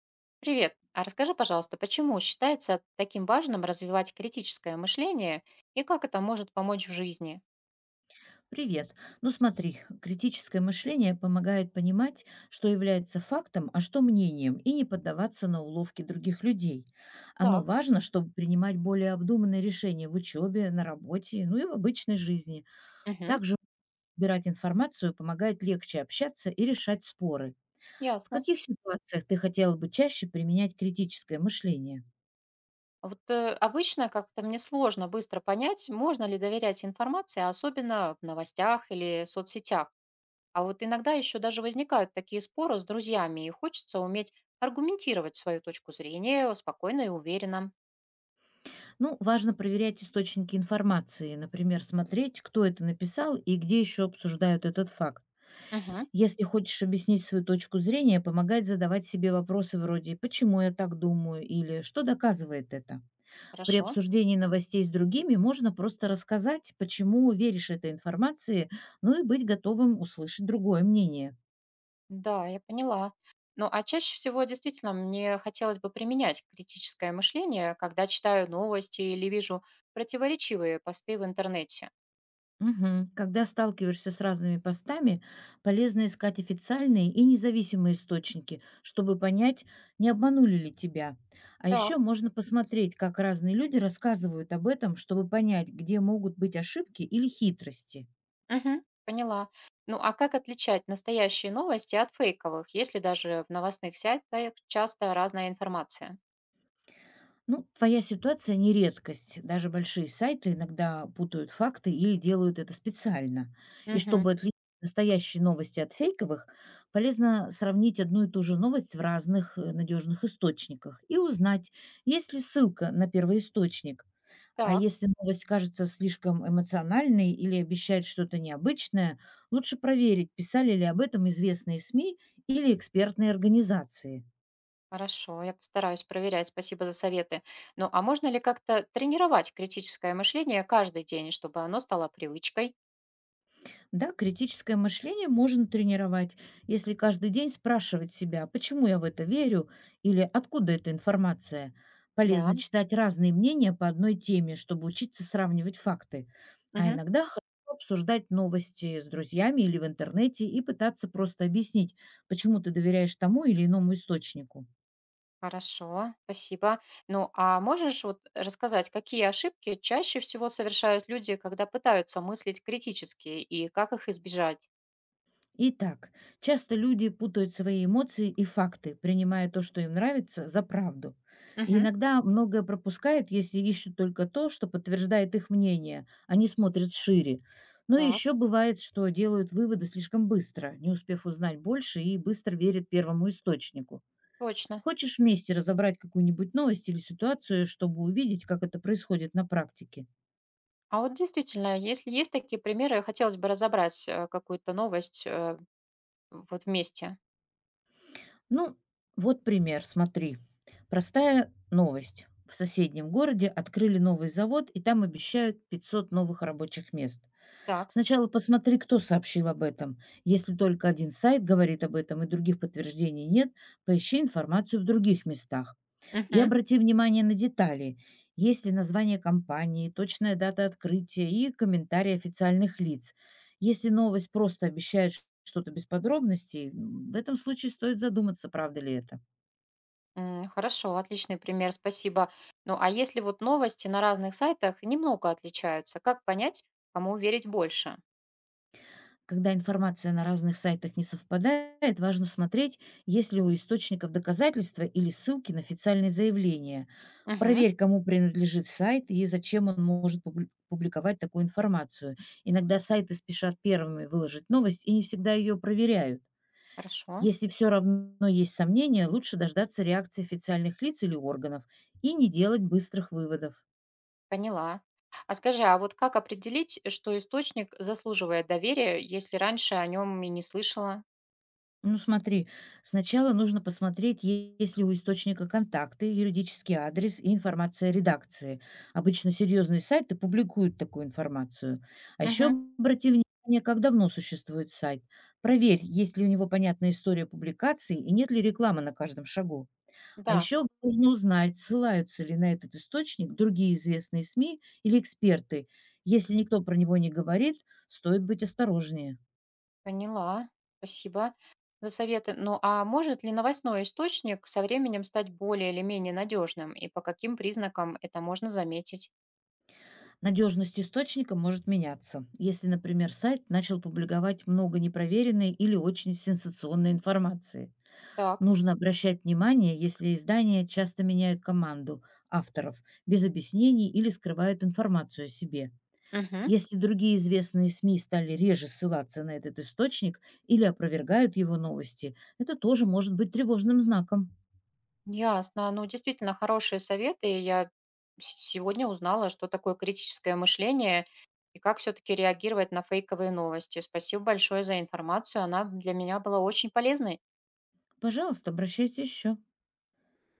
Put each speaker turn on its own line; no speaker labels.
Привет. А расскажи, пожалуйста, почему считается таким важным развивать критическое мышление и как это может помочь в жизни?
Привет. Ну смотри, критическое мышление помогает понимать, что является фактом, а что мнением, и не поддаваться на уловки других людей. Оно
Так.
важно, чтобы принимать более обдуманные решения в учебе, на работе, ну и в обычной жизни.
Мгм.
Также убирать информацию помогает легче общаться и решать споры. В
Ясно.
каких ситуациях ты хотела бы чаще применять критическое мышление?
А вот обычно как-то мне сложно быстро понять, можно ли доверять информации, особенно в новостях или соцсетях. А вот иногда еще даже возникают такие споры с друзьями, и хочется уметь аргументировать свою точку зрения спокойно и уверенно.
Ну, важно проверять источники информации, например, смотреть, кто это написал и где еще обсуждают этот факт.
Мгм.
Если хочешь объяснить свою точку зрения, помогает задавать себе вопросы вроде «почему я так думаю?» или «что доказывает это?». При
Хорошо.
обсуждении новостей с другими можно просто рассказать, почему веришь этой информации, ну и быть готовым услышать другое мнение.
Да, я поняла. Ну, а чаще всего действительно мне хотелось бы применять критическое мышление, когда читаю новости или вижу противоречивые посты в интернете.
Мгм. Когда сталкиваешься с разными постами, полезно искать официальные и независимые источники, чтобы понять, не обманули ли тебя. А
Так,
еще можно посмотреть, как разные люди рассказывают об этом, чтобы понять, где могут быть ошибки или хитрости.
мгм, поняла. Ну, а как отличать настоящие новости от фейковых, если даже в новостных сайтах часто разная информация?
Ну, твоя ситуация не редкость. Даже большие сайты иногда путают факты или делают это специально. И
Мгм,
чтобы отличить настоящие новости от фейковых, полезно сравнить одну и ту же новость в разных надежных источниках и узнать, есть ли ссылка на первоисточник. А
так,
если новость кажется слишком эмоциональной или обещает что-то необычное, лучше проверить, писали ли об этом известные СМИ или экспертные организации.
хорошо, я постараюсь проверять, спасибо за советы. Ну, а можно ли как-то тренировать критическое мышление каждый день, чтобы оно стало привычкой?
Да, критическое мышление можно тренировать, если каждый день спрашивать себя, почему я в это верю или откуда эта информация.
Да.
Полезно читать разные мнения по одной теме, чтобы учиться сравнивать факты. А
Мгм.
иногда хорошо обсуждать новости с друзьями или в интернете и пытаться просто объяснить, почему ты доверяешь тому или иному источнику.
Хорошо, спасибо. Ну, а можешь вот рассказать, какие ошибки чаще всего совершают люди, когда пытаются мыслить критически, и как их избежать?
Итак, часто люди путают свои эмоции и факты, принимая то, что им нравится, за правду. И
Мгм.
иногда многое пропускают, если ищут только то, что подтверждает их мнение, а не смотрят шире. Но
Так,
еще бывает, что делают выводы слишком быстро, не успев узнать больше и быстро верят первому источнику.
точно.
Хочешь вместе разобрать какую-нибудь новость или ситуацию, чтобы увидеть, как это происходит на практике?
А вот действительно, если есть такие примеры, хотелось бы разобрать какую-то новость вот вместе.
Ну, вот пример, смотри. Простая новость. В соседнем городе открыли новый завод, и там обещают 500 новых рабочих мест.
Так.
Сначала посмотри, кто сообщил об этом. Если только один сайт говорит об этом и других подтверждений нет, поищи информацию в других местах. И
Мгм.
обрати внимание на детали. Есть ли название компании, точная дата открытия и комментарии официальных лиц. Если новость просто обещает что-то без подробностей, в этом случае стоит задуматься, правда ли это.
М, хорошо, отличный пример, спасибо. Ну, а если вот новости на разных сайтах немного отличаются, как понять, кому верить больше?
Когда информация на разных сайтах не совпадает, важно смотреть, есть ли у источников доказательства или ссылки на официальные заявления.
Угу,
Проверь, кому принадлежит сайт и зачем он может публиковать такую информацию. Иногда сайты спешат первыми выложить новость и не всегда ее проверяют.
хорошо.
Если все равно есть сомнения, лучше дождаться реакции официальных лиц или органов и не делать быстрых выводов.
Поняла. А скажи, а вот как определить, что источник заслуживает доверия, если раньше о нем и не слышала?
Ну смотри, сначала нужно посмотреть, есть ли у источника контакты, юридический адрес и информация редакции. Обычно серьезные сайты публикуют такую информацию. А еще
Мгм.
обрати внимание, как давно существует сайт. Проверь, есть ли у него понятная история публикации и нет ли рекламы на каждом шагу. А
Да,
еще нужно узнать, ссылаются ли на этот источник другие известные СМИ или эксперты. Если никто про него не говорит, стоит быть осторожнее.
поняла. Спасибо за советы. Ну а может ли новостной источник со временем стать более или менее надежным? И по каким признакам это можно заметить?
Надежность источника может меняться, если, например, сайт начал публиковать много непроверенной или очень сенсационной информации.
Так.
Нужно обращать внимание, если издания часто меняют команду авторов без объяснений или скрывают информацию о себе.
Мгм.
Если другие известные СМИ стали реже ссылаться на этот источник или опровергают его новости, это тоже может быть тревожным знаком.
Ясно. Ну, действительно, хорошие советы. Я сегодня узнала, что такое критическое мышление и как все-таки реагировать на фейковые новости. Спасибо большое за информацию. Она для меня была очень полезной.
Пожалуйста, обращайтесь еще.